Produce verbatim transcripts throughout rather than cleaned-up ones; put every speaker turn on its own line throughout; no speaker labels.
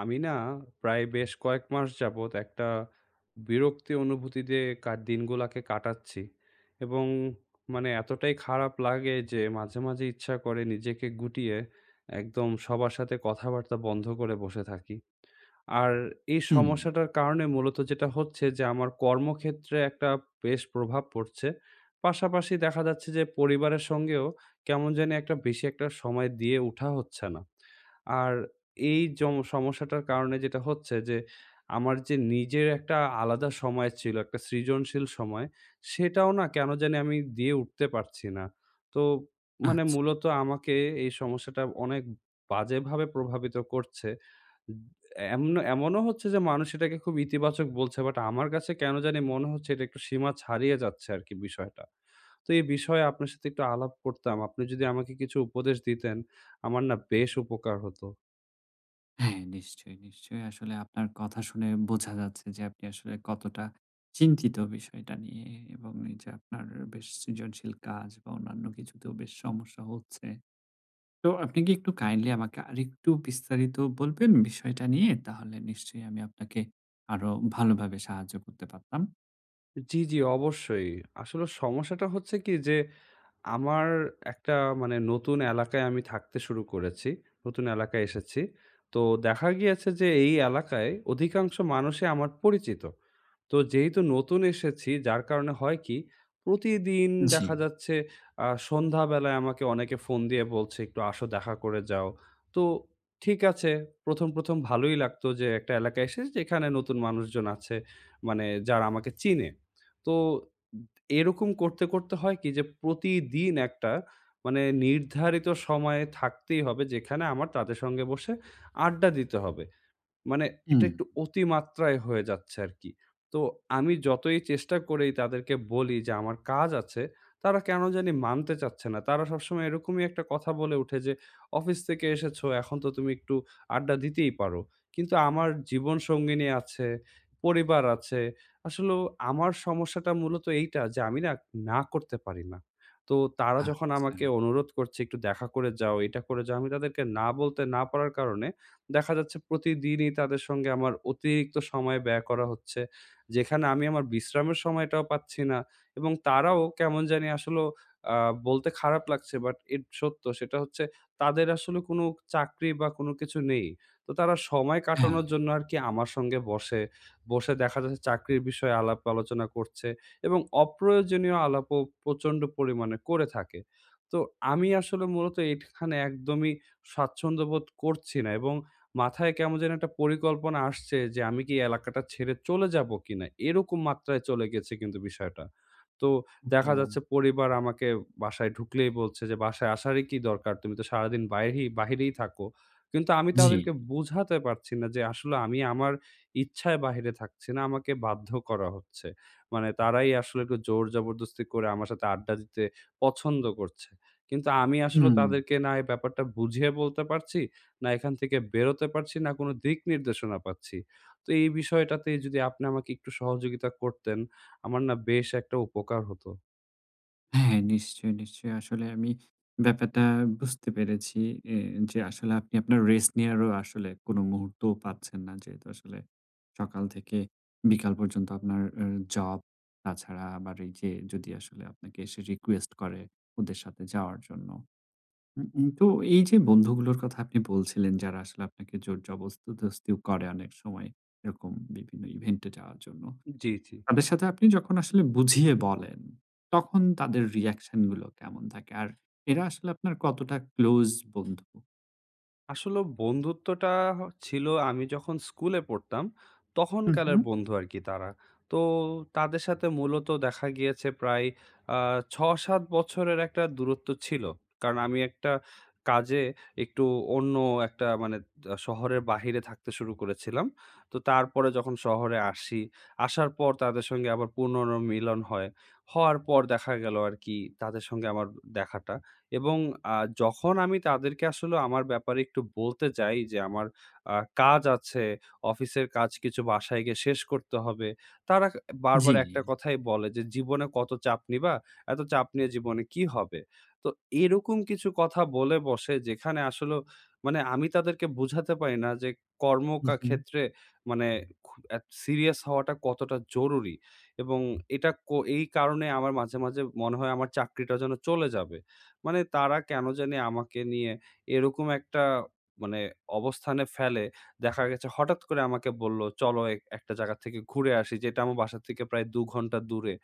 আমি না প্রায় বেশ কয়েক মাস যাবত একটা বিরক্তি অনুভূতিতে কা দিনগুলাকে কাটাচ্ছি এবং মানে এতটাই খারাপ লাগে যে মাঝে, মাঝে ইচ্ছা করে নিজেকে গুটিয়ে একদম সবার সাথে কথাবার্তা বন্ধ করে বসে থাকি। আর এই
হুম,
সমস্যাটার কারণে মূলত যেটা হচ্ছে যে আমার কর্মক্ষেত্রে একটা বেশ প্রভাব পড়ছে। পাশাপাশি দেখা যাচ্ছে যে পরিবারের সঙ্গেও কেমন জানি একটা বেশি একটা সময় দিয়ে উঠা হচ্ছে না। আর এই জম সমস্যাটার কারণে যেটা হচ্ছে যে আমার যে নিজের একটা আলাদা সময় ছিল, একটা সৃজনশীল সময়, সেটাও না কেন জানি আমি দিয়ে উঠতে পারছি না। তো মানে
আচ্ছা।
মূলত আমাকে এই সমস্যাটা অনেক বাজেভাবে প্রভাবিত করছে। এমন এমনও হচ্ছে যে মানুষ এটাকে খুব ইতিবাচক বলছে। বাট আমার কাছে কেন জানি মনে হচ্ছে এটা একটু সীমা ছাড়িয়ে যাচ্ছে আরকি বিষয়টা। তো এই বিষয়ে আপনার সাথে একটু আলাপ করতাম। আপনি যদি আমাকে কিছু উপদেশ দিতেন, আমার না বেশ উপকার হতো।
হ্যাঁ, নিশ্চয়ই, নিশ্চয়ই। আসলে আপনার কথা শুনে বোঝা যাচ্ছে যে আপনি আসলে কতটা চিন্তিত বিষয়টা নিয়ে এবং এই যে আপনার বেশ সৃজনশীল কাজ বা অন্যান্য কিছুতেও বেশ সমস্যা হচ্ছে। তো আপনি কি একটু কাইন্ডলি আমাকে আরেকটু বিস্তারিত বলবেন বিষয়টা নিয়ে? তাহলে নিশ্চয়ই আমি আপনাকে আরো ভালোভাবে সাহায্য করতে পারতাম।
জি, জি অবশ্যই। আসলে সমস্যাটা হচ্ছে কি যে, আমার একটা মানে নতুন এলাকায় আমি থাকতে শুরু করেছি। নতুন এলাকায় এসেছি। তো দেখা গিয়েছে যে এই এলাকায় অধিকাংশ মানুষই আমার পরিচিত। তো যেহেতু নতুন এসেছি যার কারণে হয় কি, প্রতিদিন
জি,
দেখা যাচ্ছে আ সন্ধ্যাবেলায় আমাকে অনেকে ফোন দিয়ে বলছে, "একটু আসো দেখা করে যাও।" তো ঠিক আছে, ১ম, ১ম ভালোই লাগতো যে একটা এলাকায় এসেছি যেখানে নতুন মানুষজন আছে, মানে যারা আমাকে চিনে। তো এরকম করতে, করতে হয় কি যে প্রতিদিন একটা মানে নির্ধারিত সময়ে থাকতেই হবে যেখানে আমার তাদের সঙ্গে বসে আড্ডা দিতে হবে। মানে এটা
হুম,
একটু অতিমাত্রায় হয়ে যাচ্ছে আরকি। তো আমি যতই চেষ্টা করি তাদেরকে বলি যে আমার কাজ আছে, তারা কেন জানি মানতে চাচ্ছে না। তারা সবসময় এরকমই একটা কথা বলে উঠে যে, "অফিস থেকে এসেছো, এখন তো তুমি একটু আড্ডা দিতেই পারো।" কিন্তু আমার জীবনসঙ্গিনী আছে, পরিবার আছে। আসলেও আমার সমস্যাটা মূলত এইটা যে আমি না, না করতে পারি না। তো তারা যখন
আচ্ছা।
আমাকে অনুরোধ করছে, "একটু দেখা করে যাও, এটা করে যাও।" আমি তাদেরকে না বলতে না পারার কারণে দেখা যাচ্ছে প্রতিদিনই তাদের সঙ্গে আমার অতিরিক্ত সময় ব্যয় করা হচ্ছে। যেখানে আমি আমার বিশ্রামের সময়টাও পাচ্ছি না এবং তারাও কেমন জানি আসলেও আ বলতে খারাপ লাগছে বাট ইট সত্য। সেটা হচ্ছে তাদের আসলে কোনো চাকরি বা কোনো কিছু নেই। তো তারা সময়
হ্যাঁ,
কাটানোর জন্য আরকি আমার সঙ্গে বসে। বসে দেখা যাচ্ছে চাকরির বিষয়ে আলাপ আলোচনা করছে এবং অপ্রয়োজনীয় আলাপও প্রচণ্ড পরিমাণে করে থাকে। তো আমি আসলে মূলত এখানে একদমই স্বাচ্ছন্দ্য বোধ করছি না এবং মাথায় কেমন যেন একটা পরিকল্পনা আসছে যে আমি কি এলাকাটা ছেড়ে চলে যাবো কিনা? এরকম মাত্রায় চলে গেছে কিন্তু বিষয়টা। তো
ওহো!
দেখা যাচ্ছে পরিবার আমাকে বাসায় ঢুকলেই বলছে যে, "বাসায় আসারই কি দরকার? তুমি তো সারাদিন বাইরেই বাহিরেই থাকো।" কিন্তু আমি
জি,
তাদেরকে বুঝাতে পারছি না যে আসলে আমি আমার ইচ্ছায় বাহিরে থাকছি না, আমাকে বাধ্য করা হচ্ছে। মানে তারাই আসলে একটু জোর জবরদস্তি করে আমার সাথে আড্ডা দিতে পছন্দ করছে। কিন্তু আমি আসলে
হুম।
তাদেরকে না এই ব্যাপারটা বুঝিয়ে বলতে পারছি। না এখান থেকে বেরোতে পারছি, না কোনো দিক নির্দেশনা পাচ্ছি। তো এই বিষয়টাতে যদি আপনি আমাকে একটু সহযোগিতা করতেন, আমার না বেশ একটা উপকার হতো।
হ্যাঁ, নিশ্চয়ই, নিশ্চয়ই। আসলে আমি ব্যাপারটা বুঝতে পেরেছি এ যে আসলে আপনি আপনার রেস্ট নেওয়ারও আসলে কোনো মুহূর্তও পাচ্ছেন না। যেহেতু আসলে সকাল থেকে বিকাল পর্যন্ত আপনার আ জব, তাছাড়া আবার এই যে যদি আসলে আপনাকে এসে রিকোয়েস্ট করে ওদের সাথে যাওয়ার জন্য। উম উম তো এই যে বন্ধুগুলোর কথা আপনি বলছিলেন যারা আসলে আপনাকে জোর জবরদস্তিও করে অনেক সময় এরকম বিভিন্ন ইভেন্টে যাওয়ার জন্য।
জি, জি।
তাদের সাথে আপনি যখন আসলে বুঝিয়ে বলেন, তখন তাদের রিঅ্যাকশন গুলো কেমন থাকে? আর এরা আসলে আপনার কতটা ক্লোজ বন্ধু?
আসলে বন্ধুত্বটা হ ছিল আমি যখন স্কুলে পড়তাম,
হু, হু।
তখনকালের বন্ধু আরকি তারা। তো তাদের সাথে মূলত দেখা গিয়েছে প্রায় আ ছয় সাত বছরের একটা দূরত্ব ছিল। কারণ আমি একটা কাজে একটু অন্য একটা মানে আ শহরের বাহিরে থাকতে শুরু করেছিলাম। তো তারপরে যখন শহরে আসি, আসার পর তাদের সঙ্গে আবার পুনর্মিলন হয়। হওয়ার পর দেখা গেল আরকি তাদের সঙ্গে আমার দেখাটা। এবং আ যখন আমি তাদেরকে আসলে আমার ব্যাপারে একটু বলতে যাই যে, আমার আ কাজ আছে, অফিসের কাজ কিছু বাসায় গিয়ে শেষ করতে হবে। তারা ক বারবার
জি।
একটা কথাই বলে যে, "জীবনে কত চাপ নিবা? এত চাপ নিয়ে জীবনে কি হবে?" তো এরকম কিছু কথা বলে বসে যেখানে আসলেও মানে আমি তাদেরকে বুঝাতে পারি না যে, কর্ম
হু,
কা
হু।
ক্ষেত্রে মানে খু এত সিরিয়াস হওয়াটা কতটা জরুরি এবং এটা কো এই কারণে আমার মাঝে, মাঝে মনে হয় আমার চাকরিটা যেন চলে যাবে। মানে তারা কেন জানি আমাকে নিয়ে এরকম একটা মানে অবস্থানে ফেলে। দেখা গেছে হঠাৎ করে আমাকে বলল, "চলো এক একটা জায়গা থেকে ঘুরে আসি।" যেটা আমার বাসা থেকে প্রায় দুই ঘন্টা দূরে।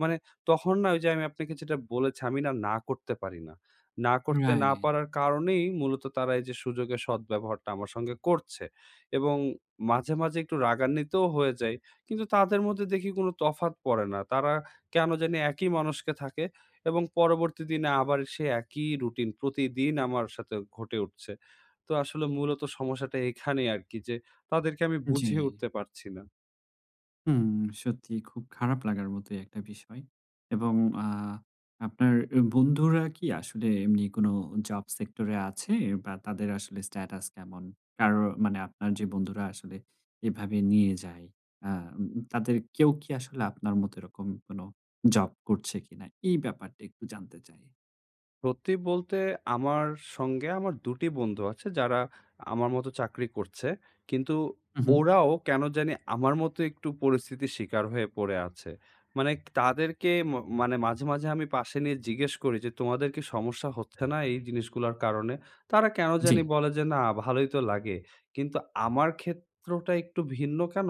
মানে তখন না ওই যে আমি আপনাকে যেটা বলেছি, আমি না, না করতে পারি না। না করতে না
রাইট।
পারার কারণেই মূলত তারা এই যে সুযোগের সদ্ব্যবহারটা আমার সঙ্গে করছে। এবং মাঝে, মাঝে একটু রাগান্বিতও হয়ে যাই। কিন্তু তাদের মধ্যে দেখি কোনো তফাৎ পড়ে না। তারা কেন জানি একই মানুষকে থাকে এবং পরবর্তী দিনে আবার সে একই রুটিন প্রতিদিন আমার সাথে ঘটে উঠছে। তো আসলে মূলত সমস্যাটা এখানেই আরকি যে তাদেরকে আমি
জি।
বুঝিয়ে উঠতে পারছি না।
হুম, সত্যি খুব খারাপ লাগার মতোই একটা বিষয়। এবং আ আপনার এ বন্ধুরা কি আসলে এমনি কোনো জব সেক্টর এ আছে বা তাদের আসলে স্ট্যাটাস কেমন? কারো মানে আপনার যে বন্ধুরা আসলে এভাবে নিয়ে যায়, আ উম তাদের কেউ কি আসলে আপনার মতো এরকম কোনো জব করছে কিনা? এই ব্যাপারটা একটু জানতে চাই।
সত্যি বলতে আমার সঙ্গে আমার দুই টি বন্ধু আছে যারা আমার মতো চাকরি করছে। কিন্তু
হু, হু।
ওরাও কেন জানি আমার মতো একটু পরিস্থিতির শিকার হয়ে পড়ে আছে। মানে তাদেরকে ম মানে মাঝে, মাঝে আমি পাশে নিয়ে জিজ্ঞেস করি যে, "তোমাদের কি সমস্যা হচ্ছে না এই জিনিসগুলার কারণে?" তারা কেন
জি,
জানি বলে যে, "না ভালোই তো লাগে।" কিন্তু আমার ক্ষেত্রটা একটু ভিন্ন কেন?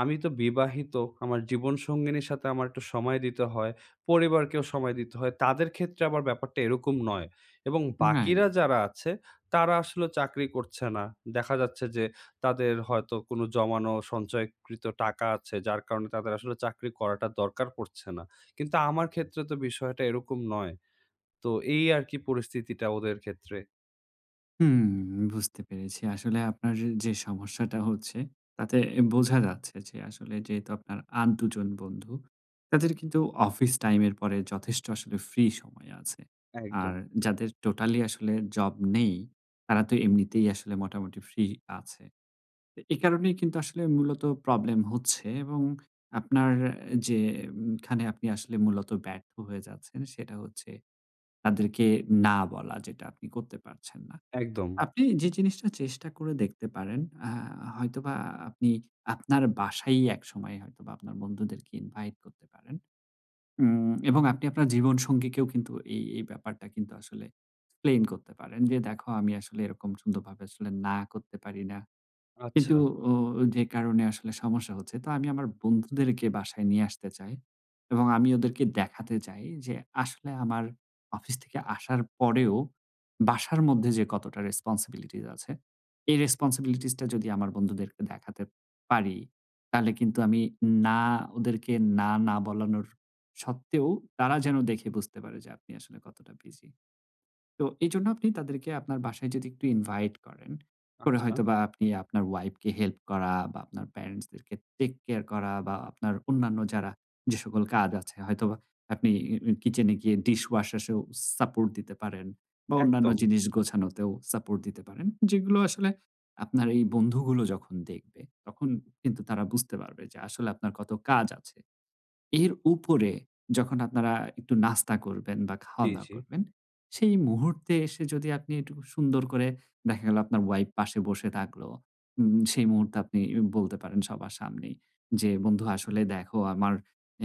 আমি তো বিবাহিত, আমার জীবনসঙ্গিনীর সাথে আমার একটু সময় দিতে হয়। পরিবারকেও সময় দিতে হয়। তাদের ক্ষেত্রে আবার ব্যাপারটা এরকম নয় এবং বাকিরা
রাইট।
যারা আছে তারা আসলে চাকরি করছে না। দেখা যাচ্ছে যে তাদের হয়তো কোনো জমানো সঞ্চয়কৃত টাকা আছে যার কারণে তাদের আসলে চাকরি করাটা দরকার পড়ছে না। কিন্তু আমার ক্ষেত্রে তো বিষয়টা এরকম নয়। তো এই আরকি পরিস্থিতিটা ওদের ক্ষেত্রে।
হুম, বুঝতে পেরেছি। আসলে আপনার যে সমস্যাটা হচ্ছে তাতে বোঝা যাচ্ছে যে আসলে যেহেতু আপনার আর দুই জন বন্ধু, তাদের কিন্তু অফিস টাইমের পরে যথেষ্ট আসলে ফ্রি সময় আছে। আর
একদম,
যাদের টোটালি আসলে জব নেই, তারা তো এমনিতেই আসলে মোটামুটি ফ্রি আছে। তো এ কারণেই কিন্তু আসলে মূলত প্রবলেম হচ্ছে, এবং আপনার যে খানে আপনি আসলে মূলত ব্যর্থ হয়ে যাচ্ছেন সেটা হচ্ছে তাদেরকে না বলা, যেটা আপনি করতে পারছেন না।
একদম।
আপনি যে জিনিসটা চেষ্টা করে দেখতে পারেন, আ হয়তোবা আপনি আপনার বাসায়ই একসময় হয়তোবা আপনার বন্ধুদেরকে ইনভাইট করতে পারেন। উম, এবং আপনি আপনার জীবনসঙ্গীকেও কিন্তু এই, এই ব্যাপারটা কিন্তু আসলে এক্সপ্লেইন করতে পারেন যে, "দেখো আমি আসলে এরকম সুন্দরভাবে আসলে না করতে পারি না।"
আচ্ছা,
কিন্তু ও যে কারণে আসলে সমস্যা হচ্ছে। তো আমি আমার বন্ধুদেরকে বাসায় নিয়ে আসতে চাই এবং আমি ওদেরকে দেখাতে চাই যে আসলে আমার অফিস থেকে আসার পরেও বাসার মধ্যে যে কতটা রেসপনসিবিলিটিস আছে, এই রেসপনসিবিলিটিস টা যদি আমার বন্ধুদেরকে দেখাতে পারি, তাহলে কিন্তু আমি না ওদেরকে না, না বলানোর সত্ত্বেও তারা যেন দেখে বুঝতে পারে যে আপনি আসলে কতটা বিজি। তো এজন্য আপনি তাদেরকে আপনার বাসায় যদি একটু ইনভাইট করেন, করে
আচ্ছা।
হয়তোবা আপনি আপনার ওয়াইফকে হেল্প করা বা আপনার প্যারেন্টস দেরকে টেক কেয়ার করা বা আপনার অন্যান্য যারা, যে সকল কাজ আছে, হয়তোবা আপনি ই ই কিচেনে গিয়ে ডিশ ওয়াশাসেও সাপোর্ট দিতে পারেন বা অন্যান্য
একদম।
জিনিস গোছানোতেও সাপোর্ট দিতে পারেন। যেগুলো আসলে আপনার এই বন্ধুগুলো যখন দেখবে, তখন কিন্তু তারা বুঝতে পারবে যে আসলে আপনার কত কাজ আছে। এর উপরে যখন আপনারা একটু নাস্তা করবেন বা
জি,
খাওয়া-দাওয়া
জি।
করবেন, সেই মুহূর্তে এসে যদি আপনি একটু সুন্দর করে, দেখা গেল আপনার ওয়াইফ পাশে বসে থাকলো। উম, সেই মুহূর্তে আপনি বলতে পারেন সবার সামনেই যে, "বন্ধু আসলে দেখো আমার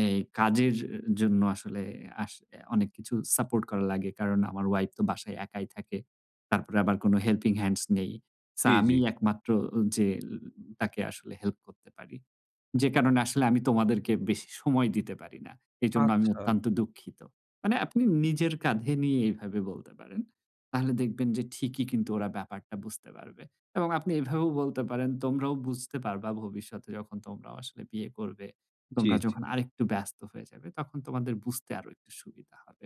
এই কাজের জন্য আসলে আস অনেক কিছু সাপোর্ট করা লাগে। কারণ আমার ওয়াইফ তো বাসায় একাই থাকে। তারপরে আবার কোনো হেল্পিং হ্যান্ডস নেই। সো
জি, জি।
আমিই একমাত্র যে তাকে আসলে হেল্প করতে পারি।" যে কারণে আসলে আমি তোমাদেরকে বেশি সময় দিতে পারি না। এজন্য আমি
আচ্ছা।
অত্যন্ত দুঃখিত। মানে আপনি নিজের কাঁধে নিয়ে এভাবে বলতে পারেন। তাহলে দেখবেন যে ঠিকই কিন্তু ওরা ব্যাপারটা বুঝতে পারবে। এবং আপনি এভাবেও বলতে পারেন, তোমরাও বুঝতে পারবা ভবিষ্যতে যখন তোমরাও আসলে বিয়ে করবে,
জি,
তোমরা
জি।
যখন আরেকটু ব্যস্ত হয়ে যাবে, তখন তোমাদের বুঝতে আরো একটু সুবিধা হবে।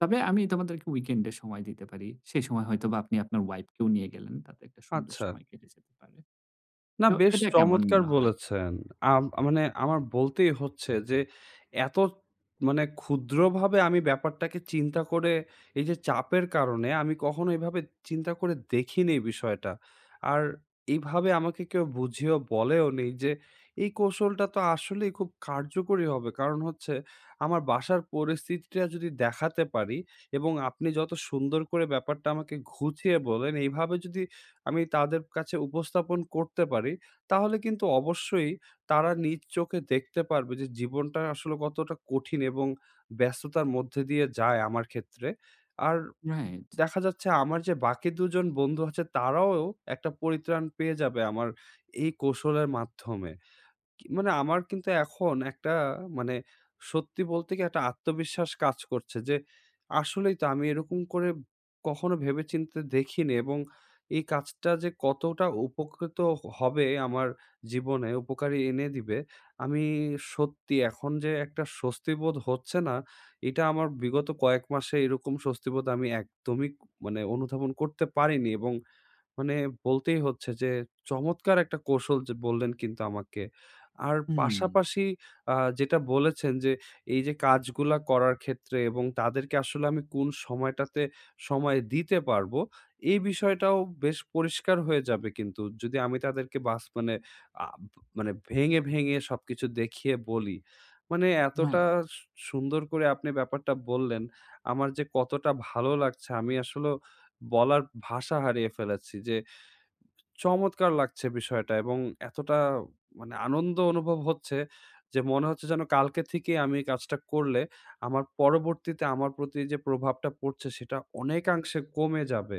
তবে আমি তোমাদেরকে উইকেন্ডে সময় দিতে পারি। সেই সময় হয়তোবা আপনি আপনার ওয়াইফ কেও নিয়ে গেলেন। তাতে একটা সুন্দর
আচ্ছা।
সময় কেটে যেতে পারে।
না,
তো
বেশ
এটা কেমন
চমৎকার
মনে হয়?
বলেছেন। আম মানে আমার বলতেই হচ্ছে যে, এত মানে ক্ষুদ্রভাবে আমি ব্যাপারটাকে চিন্তা করে এই যে চাপের কারণে আমি কখনো এভাবে চিন্তা করে দেখিনি এই বিষয়টা। আর এইভাবে আমাকে কেউ বুঝিয়েও বলেও নি যে, এই কৌশলটা তো আসলেই খুব কার্যকরী হবে। কারণ হচ্ছে আমার বাসার পরিস্থিতিটা যদি দেখাতে পারি এবং আপনি যত সুন্দর করে ব্যাপারটা আমাকে ঘুচিয়ে বলেন, এইভাবে যদি আমি তাদের কাছে উপস্থাপন করতে পারি, তাহলে কিন্তু অবশ্যই তারা নিজ চোখে দেখতে পারবে যে জীবনটা আসলে কতটা কঠিন এবং ব্যস্ততার মধ্যে দিয়ে যায় আমার ক্ষেত্রে। আর
রাইট।
দেখা যাচ্ছে আমার যে বাকি দুই জন বন্ধু আছে তারাও একটা পরিত্রাণ পেয়ে যাবে আমার এই কৌশলের মাধ্যমে। কি মানে আমার কিন্তু এখন একটা মানে সত্যি বলতে কি একটা আত্মবিশ্বাস কাজ করছে যে আসলেই তো আমি এরকম করে কখনো ভেবেচিন্তে দেখিনি এবং এই কাজটা যে কতটা উপকৃত হবে আমার জীবনে উপকারী এনে দিবে আমি সত্যি এখন যে একটা স্বস্তিবোধ হচ্ছে না এটা আমার বিগত কয়েক মাসে এরকম স্বস্তিবোধ আমি একদমই মানে অনুধাবন করতে পারিনি এবং মানে বলতেই হচ্ছে যে চমৎকার একটা কৌশল যে বললেন কিন্তু আমাকে। আর
হুম।
পাশাপাশি আ যেটা বলেছেন যে এই যে কাজগুলা করার ক্ষেত্রে এবং তাদেরকে আসলে আমি কোন সময়টাতে সময় দিতে পারবো, এই বিষয়টাও বেশ পরিষ্কার হয়ে যাবে কিন্তু। যদি আমি তাদেরকে বাস মানে আ মানে ভেঙে, ভেঙে সবকিছু দেখিয়ে বলি। মানে এতটা
রাইট।
সু সুন্দর করে আপনি ব্যাপারটা বললেন, আমার যে কতটা ভালো লাগছে আমি আসলেও বলার ভাষা হারিয়ে ফেলেছি যে চমৎকার লাগছে বিষয়টা এবং এতটা মানে আনন্দ অনুভব হচ্ছে যে মনে হচ্ছে যেন কালকে থেকে আমি এই কাজটা করলে আমার পরবর্তীতে আমার প্রতি যে প্রভাবটা পড়ছে সেটা অনেকাংশে কমে যাবে।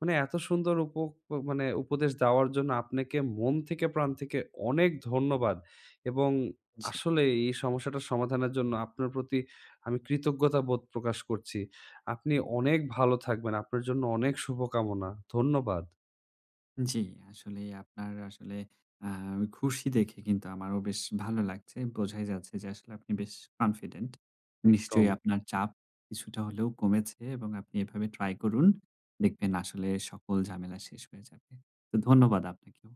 মানে এত সুন্দর উপ মানে উপদেশ দেওয়ার জন্য আপনাকে মন থেকে প্রাণ থেকে অনেক ধন্যবাদ এবং
জি,
আসলে এই সমস্যাটার সমাধানের জন্য আপনার প্রতি আমি কৃতজ্ঞতা বোধ প্রকাশ করছি। আপনি অনেক ভালো থাকবেন। আপনার জন্য অনেক শুভকামনা। ধন্যবাদ।
জি। আসলেই আপনার আসলে আ খুশি দেখে কিন্তু আমারও বেশ ভালো লাগছে। বোঝাই যাচ্ছে যে আসলে আপনি বেশ কনফিডেন্ট।
একদম।
নিশ্চয়ই আপনার চাপ কিছুটা হলেও কমেছে এবং আপনি এভাবে ট্রাই করুন। দেখবেন আসলে সকল ঝামেলা শেষ হয়ে যাবে। তো ধন্যবাদ আপনাকেও।